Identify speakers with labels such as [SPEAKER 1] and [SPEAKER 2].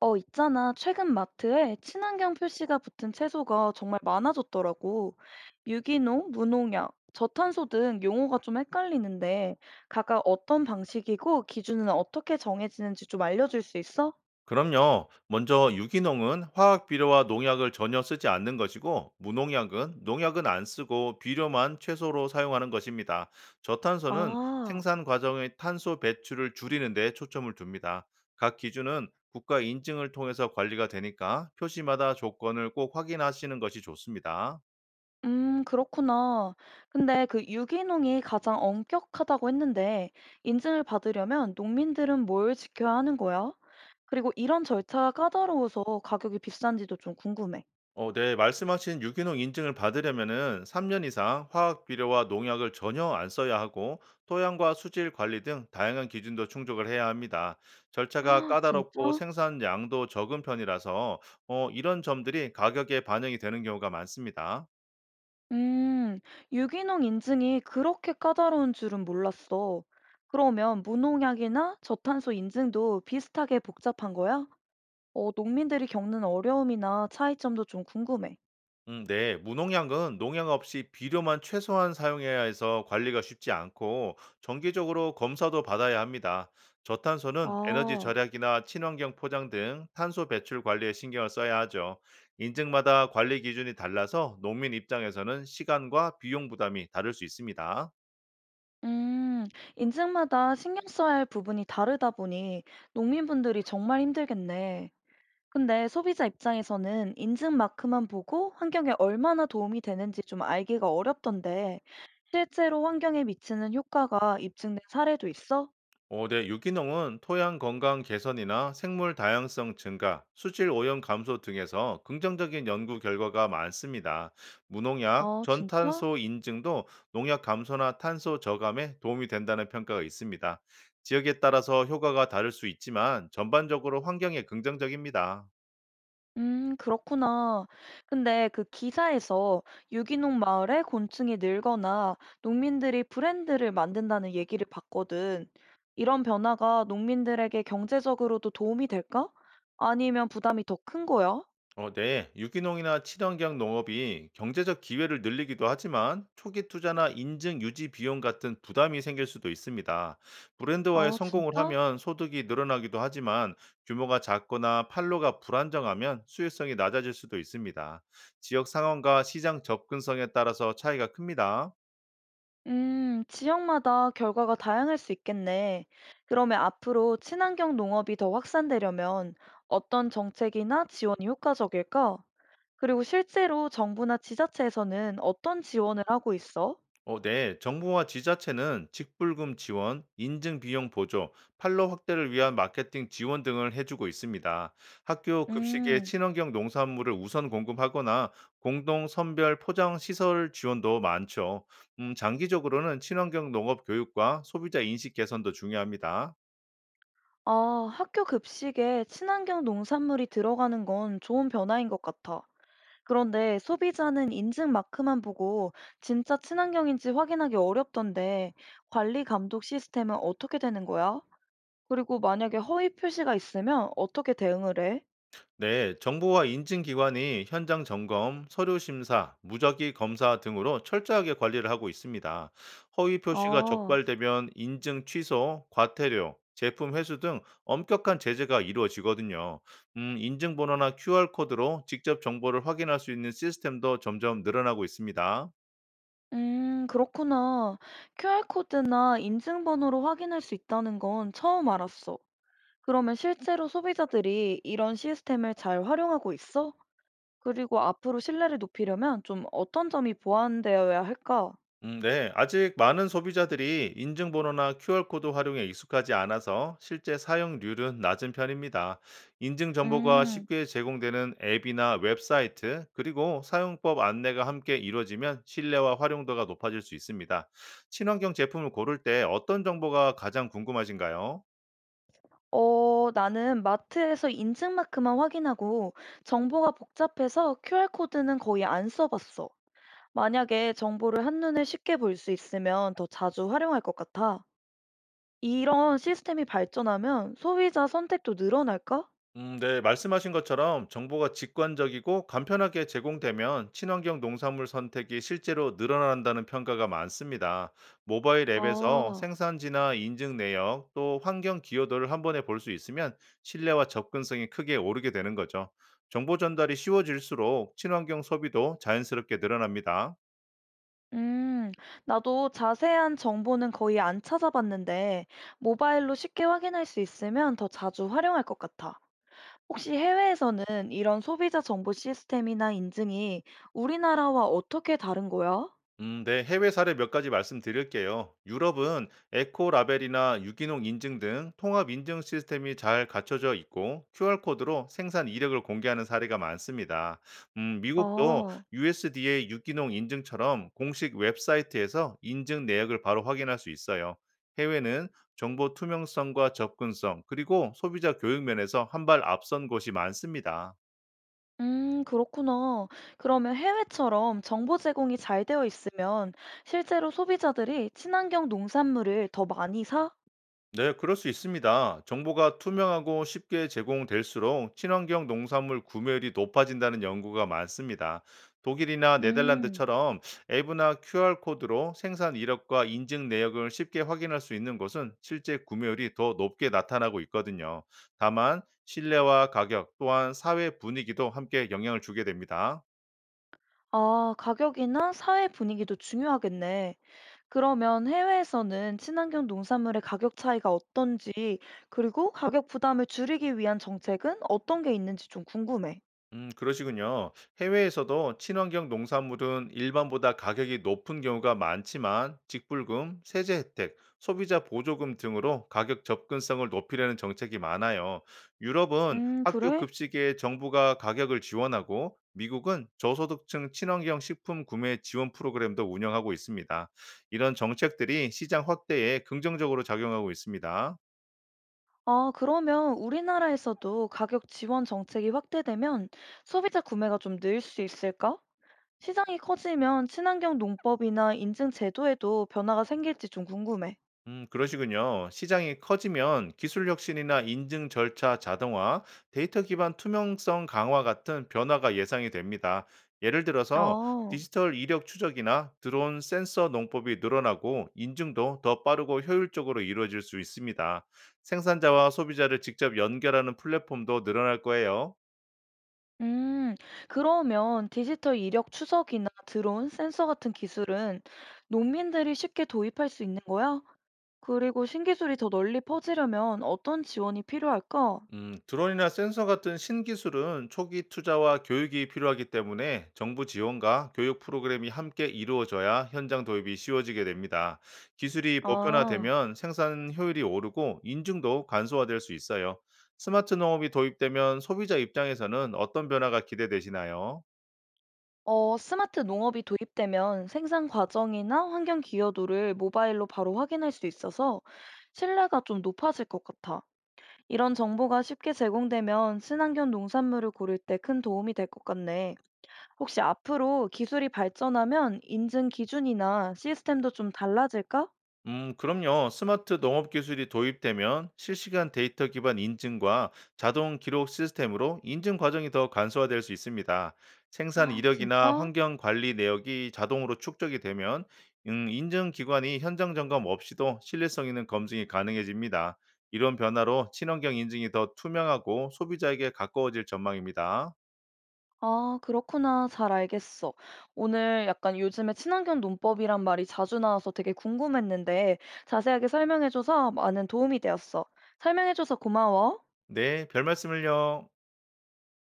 [SPEAKER 1] 있잖아. 최근 마트에 친환경 표시가 붙은 채소가 정말 많아졌더라고. 유기농, 무농약, 저탄소 등 용어가 좀 헷갈리는데, 각각 어떤 방식이고 기준은 어떻게 정해지는지 좀 알려줄 수 있어?
[SPEAKER 2] 그럼요. 먼저 유기농은 화학 비료와 농약을 전혀 쓰지 않는 것이고, 무농약은 농약은 안 쓰고 비료만 최소로 사용하는 것입니다. 저탄소는
[SPEAKER 1] 아,
[SPEAKER 2] 생산 과정의 탄소 배출을 줄이는 데 초점을 둡니다. 각 기준은 국가 인증을 통해서 관리가 되니까 표시마다 조건을 꼭 확인하시는 것이 좋습니다.
[SPEAKER 1] 그렇구나. 근데 그 유기농이 가장 엄격하다고 했는데, 인증을 받으려면 농민들은 뭘 지켜야 하는 거야? 그리고 이런 절차가 까다로워서 가격이 비싼지도 좀 궁금해.
[SPEAKER 2] 네, 말씀하신 유기농 인증을 받으려면은 3년 이상 화학 비료와 농약을 전혀 안 써야 하고 토양과 수질 관리 등 다양한 기준도 충족을 해야 합니다. 절차가
[SPEAKER 1] 아,
[SPEAKER 2] 까다롭고
[SPEAKER 1] 진짜?
[SPEAKER 2] 생산량도 적은 편이라서 이런 점들이 가격에 반영이 되는 경우가 많습니다.
[SPEAKER 1] 음, 유기농 인증이 그렇게 까다로운 줄은 몰랐어. 그러면 무농약이나 저탄소 인증도 비슷하게 복잡한 거야? 농민들이 겪는 어려움이나 차이점도 좀 궁금해.
[SPEAKER 2] 음, 네. 무농약은 농약 없이 비료만 최소한 사용해야 해서 관리가 쉽지 않고 정기적으로 검사도 받아야 합니다. 저탄소는 에너지
[SPEAKER 1] 아,
[SPEAKER 2] 절약이나 친환경 포장 등 탄소 배출 관리에 신경을 써야 하죠. 인증마다 관리 기준이 달라서 농민 입장에서는 시간과 비용 부담이 다를 수 있습니다.
[SPEAKER 1] 음, 인증마다 신경 써야 할 부분이 다르다 보니 농민분들이 정말 힘들겠네. 근데 소비자 입장에서는 인증 마크만 보고 환경에 얼마나 도움이 되는지 좀 알기가 어렵던데 실제로 환경에 미치는 효과가 입증된 사례도 있어?
[SPEAKER 2] 네, 유기농은 토양 건강 개선이나 생물 다양성 증가, 수질 오염 감소 등에서 긍정적인 연구 결과가 많습니다. 무농약,
[SPEAKER 1] 아, 진짜?
[SPEAKER 2] 전탄소 인증도 농약 감소나 탄소 저감에 도움이 된다는 평가가 있습니다. 지역에 따라서 효과가 다를 수 있지만 전반적으로 환경에 긍정적입니다.
[SPEAKER 1] 그렇구나. 근데 그 기사에서 유기농 마을에 곤충이 늘거나 농민들이 브랜드를 만든다는 얘기를 봤거든. 이런 변화가 농민들에게 경제적으로도 도움이 될까? 아니면 부담이 더 큰 거야?
[SPEAKER 2] 네. 유기농이나 친환경 농업이 경제적 기회를 늘리기도 하지만 초기 투자나 인증 유지 비용 같은 부담이 생길 수도 있습니다. 브랜드화에
[SPEAKER 1] 아,
[SPEAKER 2] 성공을
[SPEAKER 1] 진짜?
[SPEAKER 2] 하면 소득이 늘어나기도 하지만 규모가 작거나 판로가 불안정하면 수익성이 낮아질 수도 있습니다. 지역 상황과 시장 접근성에 따라서 차이가 큽니다.
[SPEAKER 1] 지역마다 결과가 다양할 수 있겠네. 그러면 앞으로 친환경 농업이 더 확산되려면 어떤 정책이나 지원이 효과적일까? 그리고 실제로 정부나 지자체에서는 어떤 지원을 하고 있어?
[SPEAKER 2] 네. 정부와 지자체는 직불금 지원, 인증 비용 보조, 판로 확대를 위한 마케팅 지원 등을 해주고 있습니다. 학교 급식에
[SPEAKER 1] 음,
[SPEAKER 2] 친환경 농산물을 우선 공급하거나 공동 선별 포장 시설 지원도 많죠. 장기적으로는 친환경 농업 교육과 소비자 인식 개선도 중요합니다.
[SPEAKER 1] 아, 학교 급식에 친환경 농산물이 들어가는 건 좋은 변화인 것 같아. 그런데 소비자는 인증 마크만 보고 진짜 친환경인지 확인하기 어렵던데 관리 감독 시스템은 어떻게 되는 거야? 그리고 만약에 허위 표시가 있으면 어떻게 대응을 해?
[SPEAKER 2] 네, 정부와 인증기관이 현장 점검, 서류 심사, 무작위 검사 등으로 철저하게 관리를 하고 있습니다. 허위 표시가
[SPEAKER 1] 아,
[SPEAKER 2] 적발되면 인증 취소, 과태료, 제품 회수 등 엄격한 제재가 이루어지거든요. 인증번호나 QR코드로 직접 정보를 확인할 수 있는 시스템도 점점 늘어나고 있습니다.
[SPEAKER 1] 그렇구나. QR코드나 인증번호로 확인할 수 있다는 건 처음 알았어. 그러면 실제로 소비자들이 이런 시스템을 잘 활용하고 있어? 그리고 앞으로 신뢰를 높이려면 좀 어떤 점이 보완되어야 할까?
[SPEAKER 2] 네. 아직 많은 소비자들이 인증번호나 QR코드 활용에 익숙하지 않아서 실제 사용률은 낮은 편입니다. 인증 정보가
[SPEAKER 1] 음,
[SPEAKER 2] 쉽게 제공되는 앱이나 웹사이트, 그리고 사용법 안내가 함께 이루어지면 신뢰와 활용도가 높아질 수 있습니다. 친환경 제품을 고를 때 어떤 정보가 가장 궁금하신가요?
[SPEAKER 1] 나는 마트에서 인증마크만 확인하고 정보가 복잡해서 QR코드는 거의 안 써봤어. 만약에 정보를 한눈에 쉽게 볼 수 있으면 더 자주 활용할 것 같아. 이런 시스템이 발전하면 소비자 선택도 늘어날까?
[SPEAKER 2] 네, 말씀하신 것처럼 정보가 직관적이고 간편하게 제공되면 친환경 농산물 선택이 실제로 늘어난다는 평가가 많습니다. 모바일 앱에서
[SPEAKER 1] 아,
[SPEAKER 2] 생산지나 인증 내역 또 환경 기여도를 한 번에 볼 수 있으면 신뢰와 접근성이 크게 오르게 되는 거죠. 정보 전달이 쉬워질수록 친환경 소비도 자연스럽게 늘어납니다.
[SPEAKER 1] 음, 나도 자세한 정보는 거의 안 찾아봤는데, 모바일로 쉽게 확인할 수 있으면 더 자주 활용할 것 같아. 혹시 해외에서는 이런 소비자 정보 시스템이나 인증이 우리나라와 어떻게 다른 거야?
[SPEAKER 2] 네, 해외 사례 몇 가지 말씀드릴게요. 유럽은 에코라벨이나 유기농 인증 등 통합 인증 시스템이 잘 갖춰져 있고 QR코드로 생산 이력을 공개하는 사례가 많습니다. 미국도
[SPEAKER 1] 아.
[SPEAKER 2] USDA 유기농 인증처럼 공식 웹사이트에서 인증 내역을 바로 확인할 수 있어요. 해외는 정보 투명성과 접근성, 그리고 소비자 교육 면에서 한 발 앞선 곳이 많습니다.
[SPEAKER 1] 그렇구나. 그러면 해외처럼 정보 제공이 잘 되어 있으면 실제로 소비자들이 친환경 농산물을 더 많이 사?
[SPEAKER 2] 네, 그럴 수 있습니다. 정보가 투명하고 쉽게 제공될수록 친환경 농산물 구매율이 높아진다는 연구가 많습니다. 독일이나
[SPEAKER 1] 음,
[SPEAKER 2] 네덜란드처럼 앱이나 QR코드로 생산 이력과 인증 내역을 쉽게 확인할 수 있는 곳은 실제 구매율이 더 높게 나타나고 있거든요. 다만, 신뢰와 가격 또한 사회 분위기도 함께 영향을 주게 됩니다.
[SPEAKER 1] 아, 가격이나 사회 분위기도 중요하겠네. 그러면 해외에서는 친환경 농산물의 가격 차이가 어떤지, 그리고 가격 부담을 줄이기 위한 정책은 어떤 게 있는지 좀 궁금해.
[SPEAKER 2] 그러시군요. 해외에서도 친환경 농산물은 일반보다 가격이 높은 경우가 많지만 직불금, 세제 혜택, 소비자 보조금 등으로 가격 접근성을 높이려는 정책이 많아요. 유럽은 학교
[SPEAKER 1] 그래?
[SPEAKER 2] 급식에 정부가 가격을 지원하고 미국은 저소득층 친환경 식품 구매 지원 프로그램도 운영하고 있습니다. 이런 정책들이 시장 확대에 긍정적으로 작용하고 있습니다.
[SPEAKER 1] 아, 그러면 우리나라에서도 가격 지원 정책이 확대되면 소비자 구매가 좀 늘 수 있을까? 시장이 커지면 친환경 농법이나 인증 제도에도 변화가 생길지 좀 궁금해.
[SPEAKER 2] 그러시군요. 시장이 커지면 기술 혁신이나 인증 절차 자동화, 데이터 기반 투명성 강화 같은 변화가 예상이 됩니다. 예를 들어서
[SPEAKER 1] 아,
[SPEAKER 2] 디지털 이력 추적이나 드론 센서 농법이 늘어나고 인증도 더 빠르고 효율적으로 이루어질 수 있습니다. 생산자와 소비자를 직접 연결하는 플랫폼도 늘어날 거예요.
[SPEAKER 1] 음, 그러면 디지털 이력 추적이나 드론, 센서 같은 기술은 농민들이 쉽게 도입할 수 있는 거야? 그리고 신기술이 더 널리 퍼지려면 어떤 지원이 필요할까?
[SPEAKER 2] 드론이나 센서 같은 신기술은 초기 투자와 교육이 필요하기 때문에 정부 지원과 교육 프로그램이 함께 이루어져야 현장 도입이 쉬워지게 됩니다. 기술이
[SPEAKER 1] 아,
[SPEAKER 2] 보편화되면 생산 효율이 오르고 인증도 간소화될 수 있어요. 스마트 농업이 도입되면 소비자 입장에서는 어떤 변화가 기대되시나요?
[SPEAKER 1] 스마트 농업이 도입되면 생산 과정이나 환경 기여도를 모바일로 바로 확인할 수 있어서 신뢰가 좀 높아질 것 같아. 이런 정보가 쉽게 제공되면 친환경 농산물을 고를 때 큰 도움이 될 것 같네. 혹시 앞으로 기술이 발전하면 인증 기준이나 시스템도 좀 달라질까?
[SPEAKER 2] 그럼요. 스마트 농업 기술이 도입되면 실시간 데이터 기반 인증과 자동 기록 시스템으로 인증 과정이 더 간소화될 수 있습니다. 생산
[SPEAKER 1] 아,
[SPEAKER 2] 이력이나
[SPEAKER 1] 진짜?
[SPEAKER 2] 환경 관리 내역이 자동으로 축적이 되면 인증 기관이 현장 점검 없이도 신뢰성 있는 검증이 가능해집니다. 이런 변화로 친환경 인증이 더 투명하고 소비자에게 가까워질 전망입니다.
[SPEAKER 1] 아, 그렇구나. 잘 알겠어. 오늘 약간 요즘에 친환경 논법이란 말이 자주 나와서 되게 궁금했는데 자세하게 설명해줘서 많은 도움이 되었어. 설명해줘서 고마워.
[SPEAKER 2] 네, 별 말씀을요.